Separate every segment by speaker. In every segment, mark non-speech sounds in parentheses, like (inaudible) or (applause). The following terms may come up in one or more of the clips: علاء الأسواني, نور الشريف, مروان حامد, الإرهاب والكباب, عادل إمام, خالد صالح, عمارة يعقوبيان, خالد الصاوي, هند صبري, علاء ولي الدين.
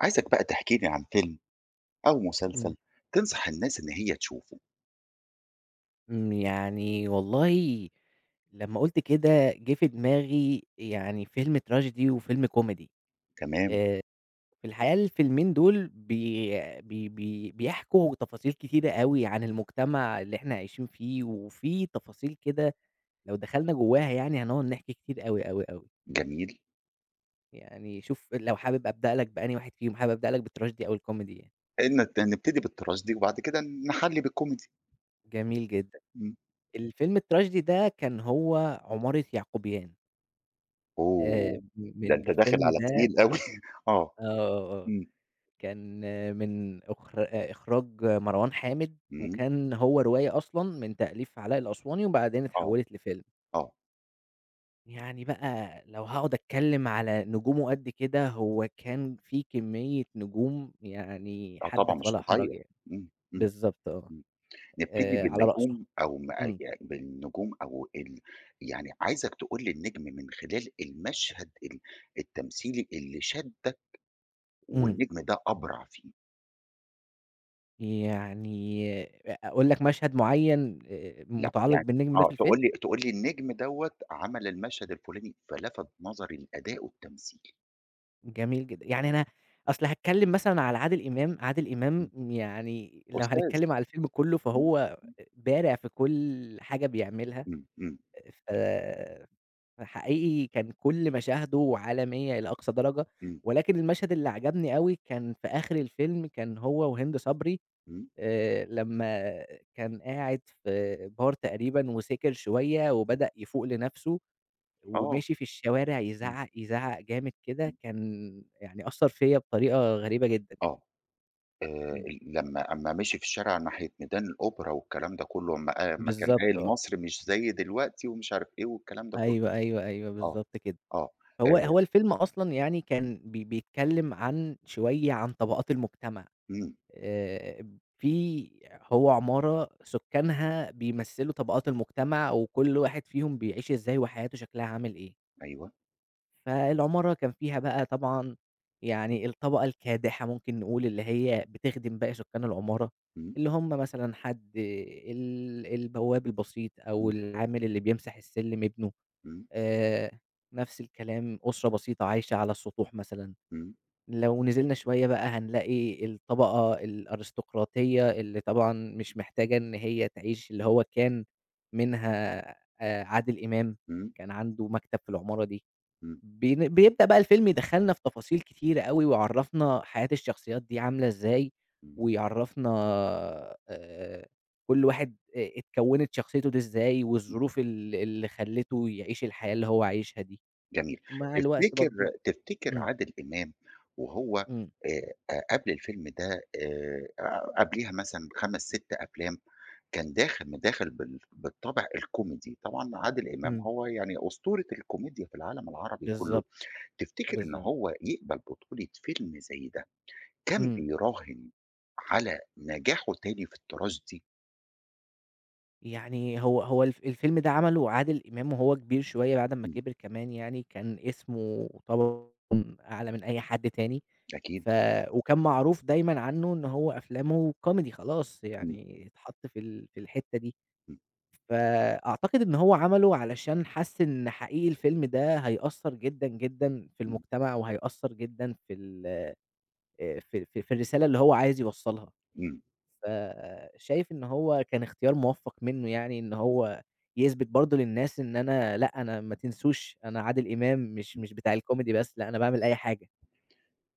Speaker 1: عايزك بقى تحكي لي عن فيلم أو
Speaker 2: إمم،
Speaker 1: مسلسل تنصح الناس إن هي تشوفه.
Speaker 2: إمم، يعني والله لمّا قُلت كده جِه في دماغي يعني فيلم tragedy وفيلم comedy.
Speaker 1: تمام.
Speaker 2: آآ، في الحقيقة الفيلمين دول بي بي بي بيحكوا تفاصيل كتيرة أوي عن المجتمع اللي إحنا عايشين فيه، وفي تفاصيل كده لو دخلنا جواها يعني هنقعد نحكي كتير أوي.
Speaker 1: جميل.
Speaker 2: يعني شوف لو حابب أبدأ لك بأنهي واحد فيهم، حابب أبدأ لك بالtragedy أو الcomedy يعني؟
Speaker 1: إن نبتدي بالتراجيدي وبعد كده نحلي بالكوميدي.
Speaker 2: جميل جدًا،
Speaker 1: إمم.
Speaker 2: الفيلم الtragedy ده كان هو عمارة يعقوبيان.
Speaker 1: أوه!
Speaker 2: م
Speaker 1: ده
Speaker 2: من
Speaker 1: أنت داخل
Speaker 2: الفيلم
Speaker 1: على
Speaker 2: ده.
Speaker 1: تقيل أوي. (laughs) آه.
Speaker 2: آه.
Speaker 1: إمم.
Speaker 2: كان من إخراج مروان حامد،
Speaker 1: إمم.
Speaker 2: وكان هو رواية أصلًا من تأليف علاء الأسواني، وبعدين
Speaker 1: آه،
Speaker 2: اتحولت لفيلم.
Speaker 1: آه.
Speaker 2: يعني بقى لو هاقعد أتكلم على نجومه قد كده، هو كان في كمية نجوم يعني
Speaker 1: آه، طبعًا
Speaker 2: حدث
Speaker 1: مش
Speaker 2: ولا حرج
Speaker 1: هتتغير.
Speaker 2: يعني.
Speaker 1: إمم. إمم.
Speaker 2: بالضبط آه،
Speaker 1: إمم. نبتدي
Speaker 2: على رأسهم.
Speaker 1: بالنجوم أو م أ
Speaker 2: إمم،
Speaker 1: ي بالنجوم أو ال يعني عايزك تقول لي النجم من خلال المشهد ال التمثيلي اللي شدّك
Speaker 2: إمم،
Speaker 1: والنجم ده أبرع فيه.
Speaker 2: يعني أقول لك مشهد معين
Speaker 1: لأ،
Speaker 2: متعلق
Speaker 1: يعني
Speaker 2: بالنجم ده في
Speaker 1: تقول
Speaker 2: الفيلم؟
Speaker 1: لي تقول لي النجم دوّة عمل المشهد الفُلاني، فلَفَت نظري الأداء والتمثيل.
Speaker 2: جميل جدًا. يعني أنا أصل هاتكلّم مثلًا على عادل إمام، عادل إمام
Speaker 1: إمم.
Speaker 2: يعني لو
Speaker 1: أستاذ.
Speaker 2: هنتكلّم على الفيلم كُلّه
Speaker 1: إمم.
Speaker 2: فهو بارع في كل حاجة بيعملها،
Speaker 1: إمم. إمم.
Speaker 2: ف فحقيقي كان كل مشاهده عالمية إلى أقصى درجة،
Speaker 1: إمم.
Speaker 2: ولكن المشهد اللي عجبني أوي كان في آخر الفيلم، كان هو وهند صبري.
Speaker 1: إمم.
Speaker 2: لمّا كان قاعد في bar تقريبًا وسِكِر شوية
Speaker 1: إمم.
Speaker 2: وبدأ يفوق لنَفْسه
Speaker 1: آه.
Speaker 2: وماشي في الشوارع
Speaker 1: إمم.
Speaker 2: يزعّق، يزعّق جامد كده،
Speaker 1: إمم.
Speaker 2: كان يعني أثّر فيّا بطريقة غريبة جدًا.
Speaker 1: آه.
Speaker 2: إمم،
Speaker 1: ال لمّا أمّا مشي في الشارع ناحية ميدان الأوبرا والكلام ده كلّه، أمّا كان
Speaker 2: بالضبط
Speaker 1: قايل
Speaker 2: آه.
Speaker 1: مصر مش زي دلوقتي ومش عارف إيه والكلام ده كلّه.
Speaker 2: أيوه، أيوه، أيوه،
Speaker 1: آه.
Speaker 2: بالضبط كده.
Speaker 1: آه.
Speaker 2: هو
Speaker 1: آآ،
Speaker 2: هو الفيلم أصلًا يعني كان بيتكلّم عن شوية عن طبقات المجتمع.
Speaker 1: إمم.
Speaker 2: آآ في هو عمارة سُكّانها بيمثّلوا طبقات المجتمع، وكل واحد فيهم بيعيش إزاي وحياته شكلها عامل إيه.
Speaker 1: أيوه.
Speaker 2: فالعمارة كان فيها بقى طبعًا يعني الطبقة الكادحة ممكن نقول، اللي هي بتخدم باقي سكان العمارة،
Speaker 1: إمم.
Speaker 2: اللي هم مثلًا حد ال البواب البسيط أو
Speaker 1: إمم.
Speaker 2: العامل اللي بيمسح السلم ابنه،
Speaker 1: إمم.
Speaker 2: آآ، نفس الكلام أسرة بسيطة عايشة على السطوح مثلًا.
Speaker 1: إمم.
Speaker 2: لو نزلنا شوية بقى هنلاقي الطبقة الأرستقراطية اللي طبعًا مش محتاجة إن هي تعيش، اللي هو كان منها عادل إمام،
Speaker 1: إمم.
Speaker 2: كان عنده مكتب في العمارة دي. بيبدأ بقى الفيلم يدخّلنا في تفاصيل كتيرة أوي، ويعرّفنا حياة الشخصيات دي عاملة إزاي،
Speaker 1: إمم.
Speaker 2: ويعرّفنا آآ كل واحد أ اتكوّنت شخصيته دي إزاي، والظروف اللي خلّته يعيش الحياة اللي هو عايشها دي،
Speaker 1: جميل.
Speaker 2: ومع الوقت
Speaker 1: تفتكر
Speaker 2: برضه
Speaker 1: تفتكر
Speaker 2: إمم،
Speaker 1: عادل إمام وهو
Speaker 2: إمم،
Speaker 1: أ قبل الفيلم ده قبليها مثلًا 5، 6 أفلام كان داخل بالطابع الكوميدي، طبعًا عادل إمام
Speaker 2: إمم،
Speaker 1: هو يعني أسطورة الكوميديا في العالم العربي كُلّه.
Speaker 2: بالضبط،
Speaker 1: تفتكر إن
Speaker 2: بالضبط،
Speaker 1: هو يقبل بطولة فيلم زي ده كان
Speaker 2: إمم.
Speaker 1: بيراهن على نجاحه تاني في الطراز دي؟
Speaker 2: يعني هو الفيلم ده عمله عادل إمام وهو كبير شوية بعد ما
Speaker 1: إمم.
Speaker 2: كبر كمان يعني، كان اسمه طبعًا أعلى من أي حد تاني،
Speaker 1: أكيد.
Speaker 2: ف وكان معروف دايمًا عنه إن هو أفلامه كوميدي خلاص،
Speaker 1: إمم.
Speaker 2: يعني اتحط في الحتّة دي،
Speaker 1: إمم.
Speaker 2: فأعتقد إن هو عمله علشان حَس إن حقيقي الفيلم ده هيأثّر جدًا، جدًا في
Speaker 1: إمم.
Speaker 2: المجتمع وهيأثّر جدًا في ال في في في الرسالة اللي هو عايز يوصّلها.
Speaker 1: إمم.
Speaker 2: فشايف إن هو كان اختيار موفّق منّه يعني إن
Speaker 1: إمم.
Speaker 2: هو يثبت برضه للناس إن أنا لأ، أنا ما تنسوش أنا عادل إمام مش بتاع الكوميدي بس، لأ، أنا باعمل أي حاجة.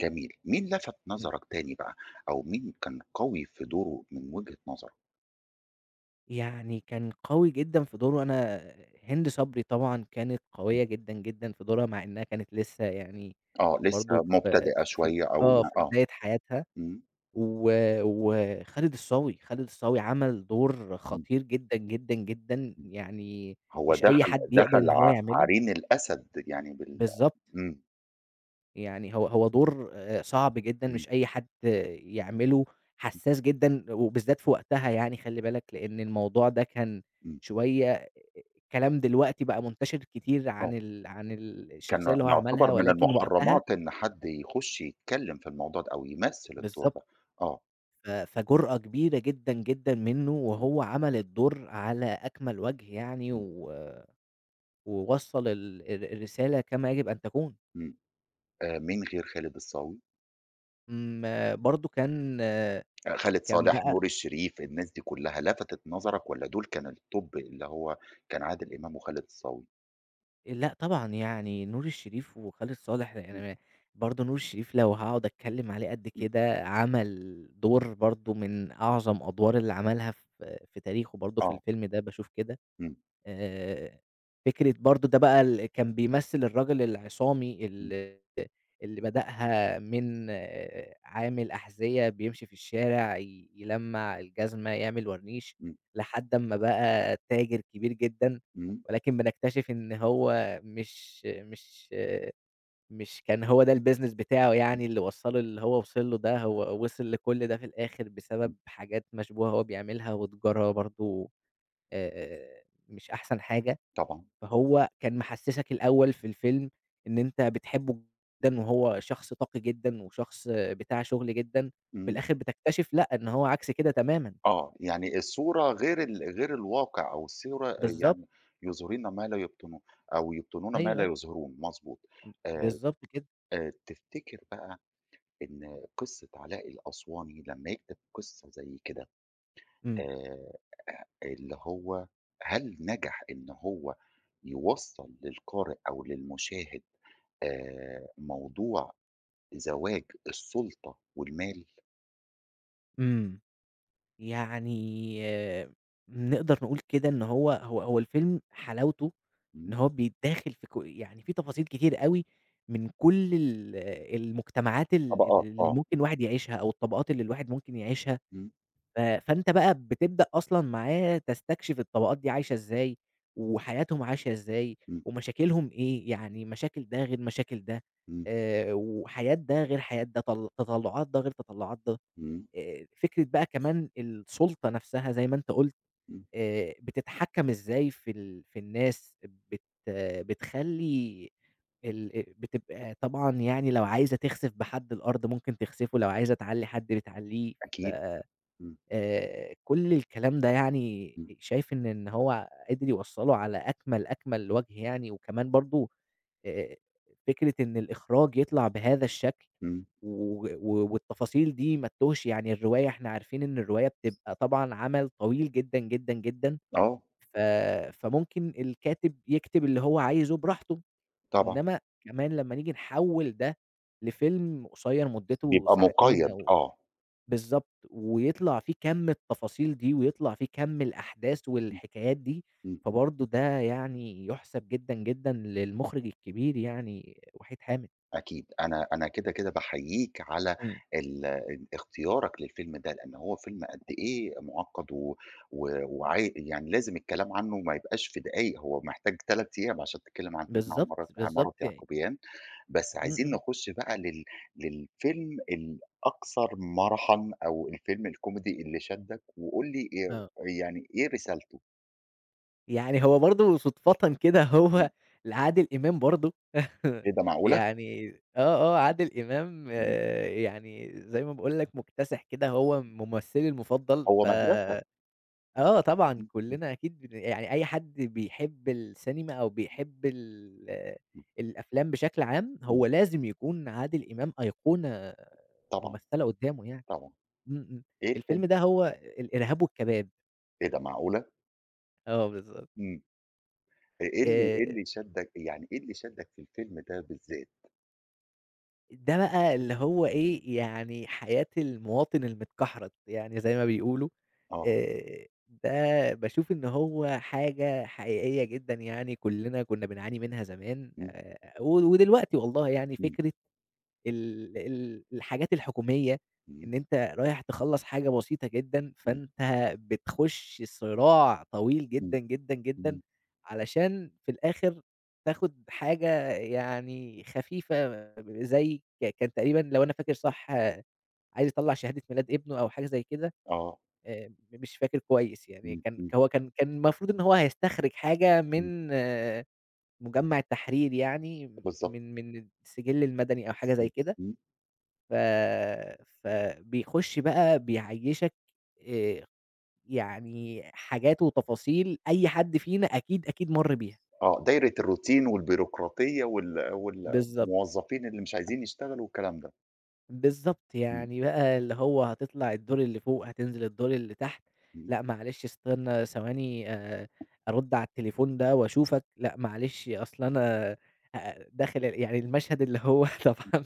Speaker 1: جميل. مين لفت
Speaker 2: إمم.
Speaker 1: نظرك تاني بقى أو مين كان قوي في دوره من وجهة نظرك؟
Speaker 2: يعني كان قوي جدًا في دوره. أنا هند صبري طبعًا كانت
Speaker 1: إمم.
Speaker 2: قوية جدًا، جدًا في دورها مع إنّها كانت لسّه يعني
Speaker 1: آه، لسه
Speaker 2: برضه في
Speaker 1: مبتدئة
Speaker 2: في
Speaker 1: شوية أو ي
Speaker 2: آه، في
Speaker 1: آه.
Speaker 2: بداية حياتها.
Speaker 1: إمم.
Speaker 2: و وخالد الصاوي، خالد الصاوي عمل دور
Speaker 1: إمم.
Speaker 2: خطير جدًا، جدًا، جدًا،
Speaker 1: إمم.
Speaker 2: يعني
Speaker 1: هو
Speaker 2: مش أي
Speaker 1: دخل
Speaker 2: حد يقبل
Speaker 1: دخل
Speaker 2: إن هو يعمله.
Speaker 1: عرين الأسد يعني
Speaker 2: بالضبط،
Speaker 1: إمم.
Speaker 2: يعني هو هو دور صعب جدًا
Speaker 1: إمم.
Speaker 2: مش أي حد يعمله، حساس جدًا وبالذات في وقتها يعني خلّي بالك، لإن الموضوع ده كان
Speaker 1: إمم.
Speaker 2: شوية الكلام دلوقتي بقى منتشر كتير عن
Speaker 1: آه.
Speaker 2: ال عن ال الشخصية
Speaker 1: كان
Speaker 2: اللي هو عملها،
Speaker 1: يعتبر من
Speaker 2: ولكن وقتها
Speaker 1: المحرمات إن حد يخش يتكلم في الموضوع ده أو يمثل الدور
Speaker 2: بالضبط،
Speaker 1: ده. آه.
Speaker 2: فجرأة كبيرة جدًا، جدًا منّه
Speaker 1: إمم.
Speaker 2: وهو عمل الدور على أكمل وجه يعني
Speaker 1: إمم.
Speaker 2: ووصّل ال الر الرسالة كما يجب أن تكون.
Speaker 1: إمم. مين غير خالد الصاوي؟
Speaker 2: آمم برضه كان
Speaker 1: خالد
Speaker 2: كان
Speaker 1: صالح،
Speaker 2: بقى
Speaker 1: نور الشريف، الناس دي كلّها لفتت نظرك والّا دول كان الtop اللي هو كان عادل إمام وخالد الصاوي؟
Speaker 2: لأ طبعًا، يعني نور الشريف وخالد صالح،
Speaker 1: إمم.
Speaker 2: يعني برضه نور الشريف لو هاقعد أتكلم عليه قد
Speaker 1: إمم.
Speaker 2: كده، عمل دور برضه من أعظم أدوار اللي عملها في تاريخه برضه في
Speaker 1: آه.
Speaker 2: الفيلم ده، باشوف كده.
Speaker 1: إمم.
Speaker 2: آآ، فكرة برضه ده بقى ال كان بيمثل الراجل العصامي
Speaker 1: إمم.
Speaker 2: اللي بدأها من عامل أحذية بيمشي في الشارع يلمّع الجزمة، يعمل ورنيش،
Speaker 1: إمم.
Speaker 2: لحد أمّا بقى تاجر كبير جدًا،
Speaker 1: إمم.
Speaker 2: ولكن بنكتشف إن هو مش آه، مش كان هو ده الbusiness بتاعه
Speaker 1: إمم.
Speaker 2: يعني اللي وصّله اللي هو وصل له ده، هو وصل لكل ده في الآخر
Speaker 1: إمم.
Speaker 2: بسبب حاجات مشبوهة هو بيعملها وتجارة برضه آآ مش أحسن حاجة.
Speaker 1: طبعًا.
Speaker 2: فهو كان محسّسك الأول في الفيلم إن أنت بتحبه جدًا وهو شخص طاقي جدًا وشخص بتاع شغل جدًا، في
Speaker 1: إمم.
Speaker 2: الآخر بتكتشف لأ، إن هو عكس كده تمامًا.
Speaker 1: آه، يعني الصورة غير غير الواقع أو الصورة،
Speaker 2: بالضبط،
Speaker 1: يعني يظهرون ما لا يبطنون أو يبطنون ما
Speaker 2: أيوه،
Speaker 1: لا
Speaker 2: أيوه،
Speaker 1: يظهرون، مضبوط. آآ،
Speaker 2: بالضبط كده.
Speaker 1: تفتكر بقى إن قصة علاء الأسواني لمّا يكتب قصة زي كده
Speaker 2: إمم،
Speaker 1: آآ اللي هو هل نجح إن هو يوصّل للقارئ أو للمشاهد موضوع زواج السُلطة والمال؟
Speaker 2: إمم. يعني آه، نقدر نقول كده إن هو الفيلم حلاوته إن
Speaker 1: إمم.
Speaker 2: هو بيتداخل في ك يعني في تفاصيل كتير أوي من كل المجتمعات
Speaker 1: طبقات،
Speaker 2: اللي
Speaker 1: آه.
Speaker 2: ممكن الواحد يعيشها أو الطبقات اللي الواحد ممكن يعيشها.
Speaker 1: إمم.
Speaker 2: فأنت بقى بتبدأ أصلًا معاه تستكشف الطبقات دي عايشة إزاي، وحياتهم عاشية إزاي،
Speaker 1: إمم.
Speaker 2: ومشاكلهم إيه، يعني مشاكل ده غير مشاكل ده،
Speaker 1: إمم.
Speaker 2: وحياة ده غير حياة ده، تطلعات ده غير تطلعات ده،
Speaker 1: إمم.
Speaker 2: فكرة بقى كمان السلطة نفسها زي ما أنت قُلت،
Speaker 1: إمم.
Speaker 2: بتتحكم إزاي في الناس، آه، بتخلّي ال بتبقى طبعًا يعني لو عايزة تخسف بحد الأرض ممكن تخسفه، لو عايزة تعلّي حد بتعلّيه، ف
Speaker 1: أكيد. إمم.
Speaker 2: كل الكلام ده يعني
Speaker 1: إمم.
Speaker 2: شايف إن هو قدر يوصّله على أكمل، أكمل وجه يعني، وكمان برضه آآ فكرة إن الإخراج يطلع بهذا الشكل
Speaker 1: إمم.
Speaker 2: و و والتفاصيل دي ما تتوهش، يعني الرواية إحنا عارفين إن الرواية بتبقى طبعًا عمل طويل جدًا، جدًا، جدًا،
Speaker 1: آه.
Speaker 2: ف فممكن الكاتب يكتب اللي هو عايزه براحته،
Speaker 1: طبعًا.
Speaker 2: إنما كمان لمّا نيجي نحوّل ده لفيلم قصير مدته
Speaker 1: بيبقى
Speaker 2: ساعتين
Speaker 1: مُقيّد،
Speaker 2: أو
Speaker 1: آه.
Speaker 2: بالضبط، ويطلع فيه كَم التفاصيل دي، ويطلع فيه كَم الأحداث
Speaker 1: إمم.
Speaker 2: والحكايات دي،
Speaker 1: إمم.
Speaker 2: فبرضه ده يعني يُحسب جدًا، جدًا للمُخرِج الكبير يعني وحيد حامد.
Speaker 1: أكيد، أنا كده، كده باحييك على
Speaker 2: إمم.
Speaker 1: ال ال اختيارك للفيلم ده، لأن هو فيلم قد إيه مُعقّد و و وعاي يعني لازم الكلام عنه ما يبقاش في دقايق، هو محتاج 3 أيام عشان تتكلم عن فيلم عمارة
Speaker 2: بالضبط، بالضبط
Speaker 1: عمارة
Speaker 2: يعني
Speaker 1: يعقوبيان. بس
Speaker 2: إمم،
Speaker 1: عايزين
Speaker 2: إمم.
Speaker 1: نخش بقى للفيلم الأكثر مرحًا أو الفيلم الكوميدي اللي شدّك، وقُل لي
Speaker 2: آه.
Speaker 1: يعني إيه رسالته؟
Speaker 2: يعني هو برضه صُدفةً كده
Speaker 1: إمم.
Speaker 2: هو لعادل إمام برضه.
Speaker 1: إيه
Speaker 2: (laughs)
Speaker 1: ده معقولة!
Speaker 2: يعني آه، آه، عادل إمام
Speaker 1: إمم.
Speaker 2: آه، يعني زي ما باقول لك مُكتسح كده، هو ممثّلي المُفضّل.
Speaker 1: هو مدرسة.
Speaker 2: آه طبعًا،
Speaker 1: إمم. إمم.
Speaker 2: كلّنا أكيد يعني أي حد بيحب السينما أو بيحب آه،
Speaker 1: إمم.
Speaker 2: الأفلام بشكل عام،
Speaker 1: إمم.
Speaker 2: هو لازم يكون عادل إمام أيقونة
Speaker 1: طبعًا.
Speaker 2: ممثّلة قدّامه يعني.
Speaker 1: طبعًا.
Speaker 2: إمم، إمم.
Speaker 1: إيه الفيلم؟
Speaker 2: الفيلم ده هو الإرهاب والكباب.
Speaker 1: إيه ده معقولة!
Speaker 2: آه بالضبط.
Speaker 1: إمم.
Speaker 2: آآ
Speaker 1: إيه اللي شدّك في الفيلم ده بالذات؟
Speaker 2: ده بقى اللي هو إيه، يعني حياة المواطن المتكحرت، يعني زي ما بيقولوا،
Speaker 1: آه.
Speaker 2: آآ ده باشوف إن هو حاجة حقيقية جدًا يعني كُلّنا كُنّا بنعاني منها زمان
Speaker 1: إمم.
Speaker 2: و ودلوقتي والله يعني
Speaker 1: إمم.
Speaker 2: فكرة ال ال الحاجات الحكومية،
Speaker 1: إمم.
Speaker 2: إن أنت رايح تخلّص حاجة بسيطة جدًا،
Speaker 1: إمم.
Speaker 2: فأنت بتخش صراع طويل
Speaker 1: إمم.
Speaker 2: جدًا، جدًا، جدًا،
Speaker 1: إمم.
Speaker 2: علشان في الآخر تاخد حاجة يعني خفيفة زي ك كان تقريبًا لو أنا فاكر صح آه، عايز يطلّع شهادة ميلاد ابنه أو حاجة زي كده،
Speaker 1: آه.
Speaker 2: مش فاكر كويس يعني
Speaker 1: إمم.
Speaker 2: كان
Speaker 1: إمم.
Speaker 2: هو كان المفروض إن هو هيستخرج حاجة
Speaker 1: إمم.
Speaker 2: من آه، مجمّع التحرير يعني،
Speaker 1: بالضبط.
Speaker 2: من السجل المدني أو حاجة زي
Speaker 1: إمم.
Speaker 2: كده.
Speaker 1: إمم.
Speaker 2: ف فبيخش بقى بيعيّشك آآ يعني حاجات وتفاصيل أي حد فينا أكيد، أكيد مَر بيها.
Speaker 1: آه، دايرة الروتين والبيروقراطية
Speaker 2: بالضبط.
Speaker 1: والموظفين اللي مش عايزين يشتغلوا والكلام ده.
Speaker 2: بالضبط،
Speaker 1: إمم.
Speaker 2: يعني بقى اللي هو هتطلع الدور اللي فوق، هتنزل الدور اللي تحت،
Speaker 1: إمم.
Speaker 2: لأ معلش استنى ثواني أرُد على التليفون ده وأشوفك، لأ معلش أصل أنا داخل ال يعني المشهد اللي هو (laughs)
Speaker 1: إمم.
Speaker 2: طبعًا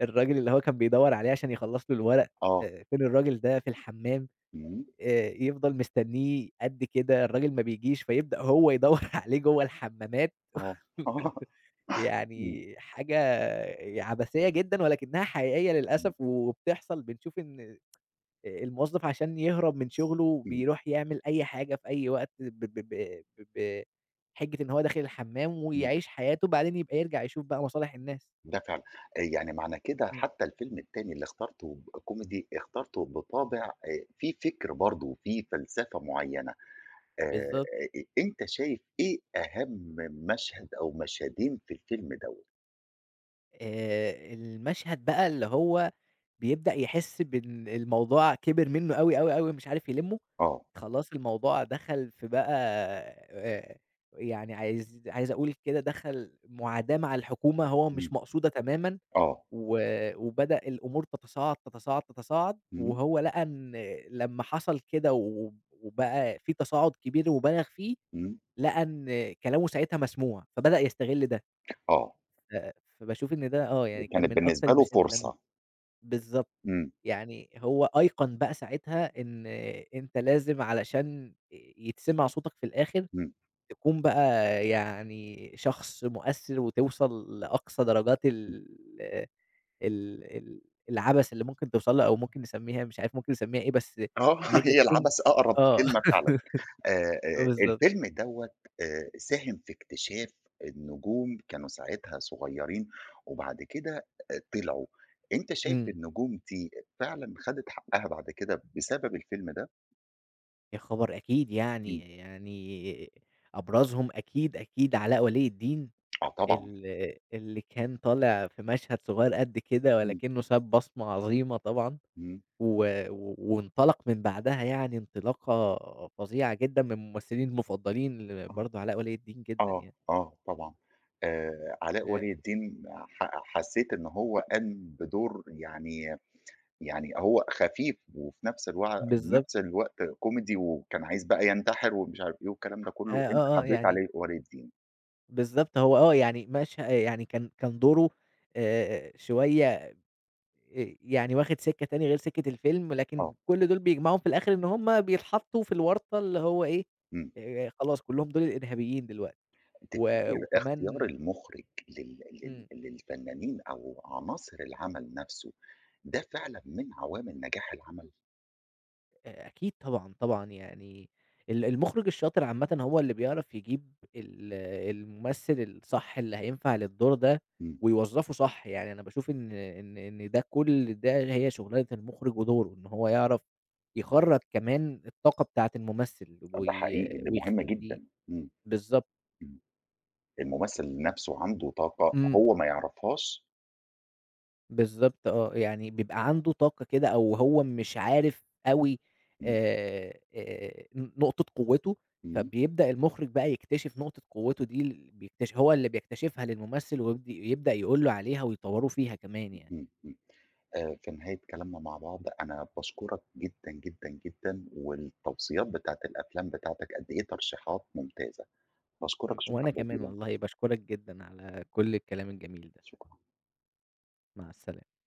Speaker 2: الراجل اللي هو كان بيدوّر عليه عشان يخلّص له الورق،
Speaker 1: آه.
Speaker 2: فين الراجل ده؟ في الحمّام.
Speaker 1: إمم.
Speaker 2: يفضل مستنّيه قد كده، الراجل ما بيجيش، فيبدأ هو يدوّر (laughs) عليه جوّه الحمامات،
Speaker 1: آه. (laughs) إمم.
Speaker 2: يعني حاجة عبثية جدًا ولكنها حقيقية
Speaker 1: إمم.
Speaker 2: للأسف وبتحصل، بنشوف إن الموظف عشان يهرب من شغله بيروح يعمل أي حاجة في أي وقت ب ب ب ب بحجة إن هو داخل الحمام
Speaker 1: إمم.
Speaker 2: ويعيش حياته، بعدين يبقى يرجع يشوف بقى مصالح الناس.
Speaker 1: ده فعلًا. يعني معنى كده
Speaker 2: إمم،
Speaker 1: حتى الفيلم التاني اللي اخترته ب كوميدي، اخترته بطابع فيه فكر برضه وفيه فلسفة معيّنة. آآ
Speaker 2: بالضبط.
Speaker 1: أ أنت شايف إيه أهم مشهد أو مشهدين في الفيلم دوّة؟
Speaker 2: المشهد بقى اللي هو بيبدأ يحس بإن الموضوع كبر منّه أوي، أوي، أوي مش عارف يلمّه،
Speaker 1: آه.
Speaker 2: خلاص الموضوع دخل في بقى آآ، يعني عايز أقول كده دخل معاداة مع الحكومة هو
Speaker 1: إمم.
Speaker 2: مش مقصودة تمامًا،
Speaker 1: آه.
Speaker 2: و وبدأ الأمور تتصاعد، تتصاعد، تتصاعد،
Speaker 1: إمم.
Speaker 2: وهو لقى إن لمّا حصل كده وبقى في تصاعد كبير وبالغ فيه،
Speaker 1: إمم.
Speaker 2: لقى إن كلامه ساعتها مسموع، فبدأ يستغل ده،
Speaker 1: آه.
Speaker 2: ف فباشوف إن ده آه، يعني كان
Speaker 1: وكانت
Speaker 2: من أكتر
Speaker 1: بالنسبة له
Speaker 2: المشاهد اللي أنا
Speaker 1: فرصة.
Speaker 2: بالضبط.
Speaker 1: إمم.
Speaker 2: يعني هو أيقن بقى ساعتها إن أنت لازم علشان يتسمع صوتك في الآخر،
Speaker 1: إمم.
Speaker 2: تكون بقى يعني شخص مؤثِّر وتوصل لأقصى درجات
Speaker 1: إمم.
Speaker 2: ال ال ال العبث اللي ممكن توصل له أو ممكن نسمّيها مش عارف ممكن نسمّيها إيه، بس
Speaker 1: آه.
Speaker 2: إن
Speaker 1: (laughs)
Speaker 2: أنت
Speaker 1: هي
Speaker 2: تكون
Speaker 1: العبث أقرب
Speaker 2: آه،
Speaker 1: كلمة
Speaker 2: (laughs)
Speaker 1: فعلًا.
Speaker 2: بالضبط.
Speaker 1: الفيلم دوّة ساهم في اكتشاف النجوم كانوا ساعتها صغيّرين وبعد كده طلعوا، أنت شايف
Speaker 2: إمم.
Speaker 1: النجوم دي فعلًا خدت حقّها بعد كده بسبب الفيلم ده؟
Speaker 2: يا خبر! أكيد
Speaker 1: إمم.
Speaker 2: يعني، يعني أبرزهم أكيد، أكيد علاء ولي الدين.
Speaker 1: آه، طبعًا.
Speaker 2: ال اللي كان طالع في مشهد صغير قد كده،
Speaker 1: إمم.
Speaker 2: ولكنه ساب بصمة عظيمة طبعًا،
Speaker 1: إمم.
Speaker 2: و و وانطلق من بعدها يعني انطلاقة فظيعة جدًا، من ممثلين المفضلين
Speaker 1: آه.
Speaker 2: برضه علاء ولي الدين جدًا
Speaker 1: آه،
Speaker 2: يعني،
Speaker 1: آه، طبعًا. علاء
Speaker 2: آآ
Speaker 1: ولي الدين حسّيت إن هو قام بدور، يعني هو خفيف وفي
Speaker 2: بالضبط،
Speaker 1: نفس الوقت كوميدي وكان عايز بقى ينتحر ومش عارف إيه والكلام ده كله،
Speaker 2: آه،
Speaker 1: أنت
Speaker 2: آه، آه،
Speaker 1: حبّيت
Speaker 2: يعني
Speaker 1: عليه ولي الدين.
Speaker 2: بالضبط هو آه، يعني يعني كان دوره شوية يعني واخد سكة تاني غير سكة الفيلم،
Speaker 1: آه.
Speaker 2: لكن كل دول بيجمعهم في الآخر إن هُم بيتحطوا في الورطة اللي هو إيه،
Speaker 1: إمم.
Speaker 2: خلاص كلّهم دول الإرهابيين دلوقتي.
Speaker 1: تفتكر اختيار
Speaker 2: وكمان
Speaker 1: المُخرج لل لل
Speaker 2: إمم،
Speaker 1: للفنانين أو عناصر العمل نفسه، ده فعلًا من عوامل نجاح العمل؟
Speaker 2: أكيد طبعًا، طبعًا يعني المُخرِج الشاطر عامةً هو اللي بيعرف يجيب الممثل الصح اللي هينفع للدور ده
Speaker 1: إمم.
Speaker 2: ويوظّفه صح، يعني أنا باشوف إن ده كل ده هي شُغلانة المُخرِج ودوره، إن هو يعرف يخرّج كمان الطاقة بتاعة الممثل
Speaker 1: ده حقيقي، ده مهم
Speaker 2: ويخلّيه
Speaker 1: جدًا. إمم.
Speaker 2: بالضبط،
Speaker 1: إمم. الممثل نفسه عنده طاقة
Speaker 2: إمم،
Speaker 1: هو ما يعرفهاش.
Speaker 2: بالضبط آه، يعني بيبقى عنده طاقة كده أو هو مش عارف أوي
Speaker 1: إمم.
Speaker 2: نقطة قوته،
Speaker 1: إمم.
Speaker 2: فبيبدأ المخرج بقى يكتشف نقطة قوته دي ال بيكتش هو اللي بيكتشفها للممثل يبدأ يقول له عليها ويطوّروا فيها كمان يعني،
Speaker 1: إمم. إمم. في نهاية كلامنا مع بعض، أنا باشكرك جدًا، جدًا، جدًا، والتوصيات بتاعة الأفلام بتاعتك قد إيه ترشيحات ممتازة. باشكرك
Speaker 2: إمم، وأنا
Speaker 1: شكرًا
Speaker 2: إمم. كمان
Speaker 1: جزيلًا.
Speaker 2: والله باشكرك جدًا على كل الكلام الجميل ده،
Speaker 1: شكرًا.
Speaker 2: مع السلامة.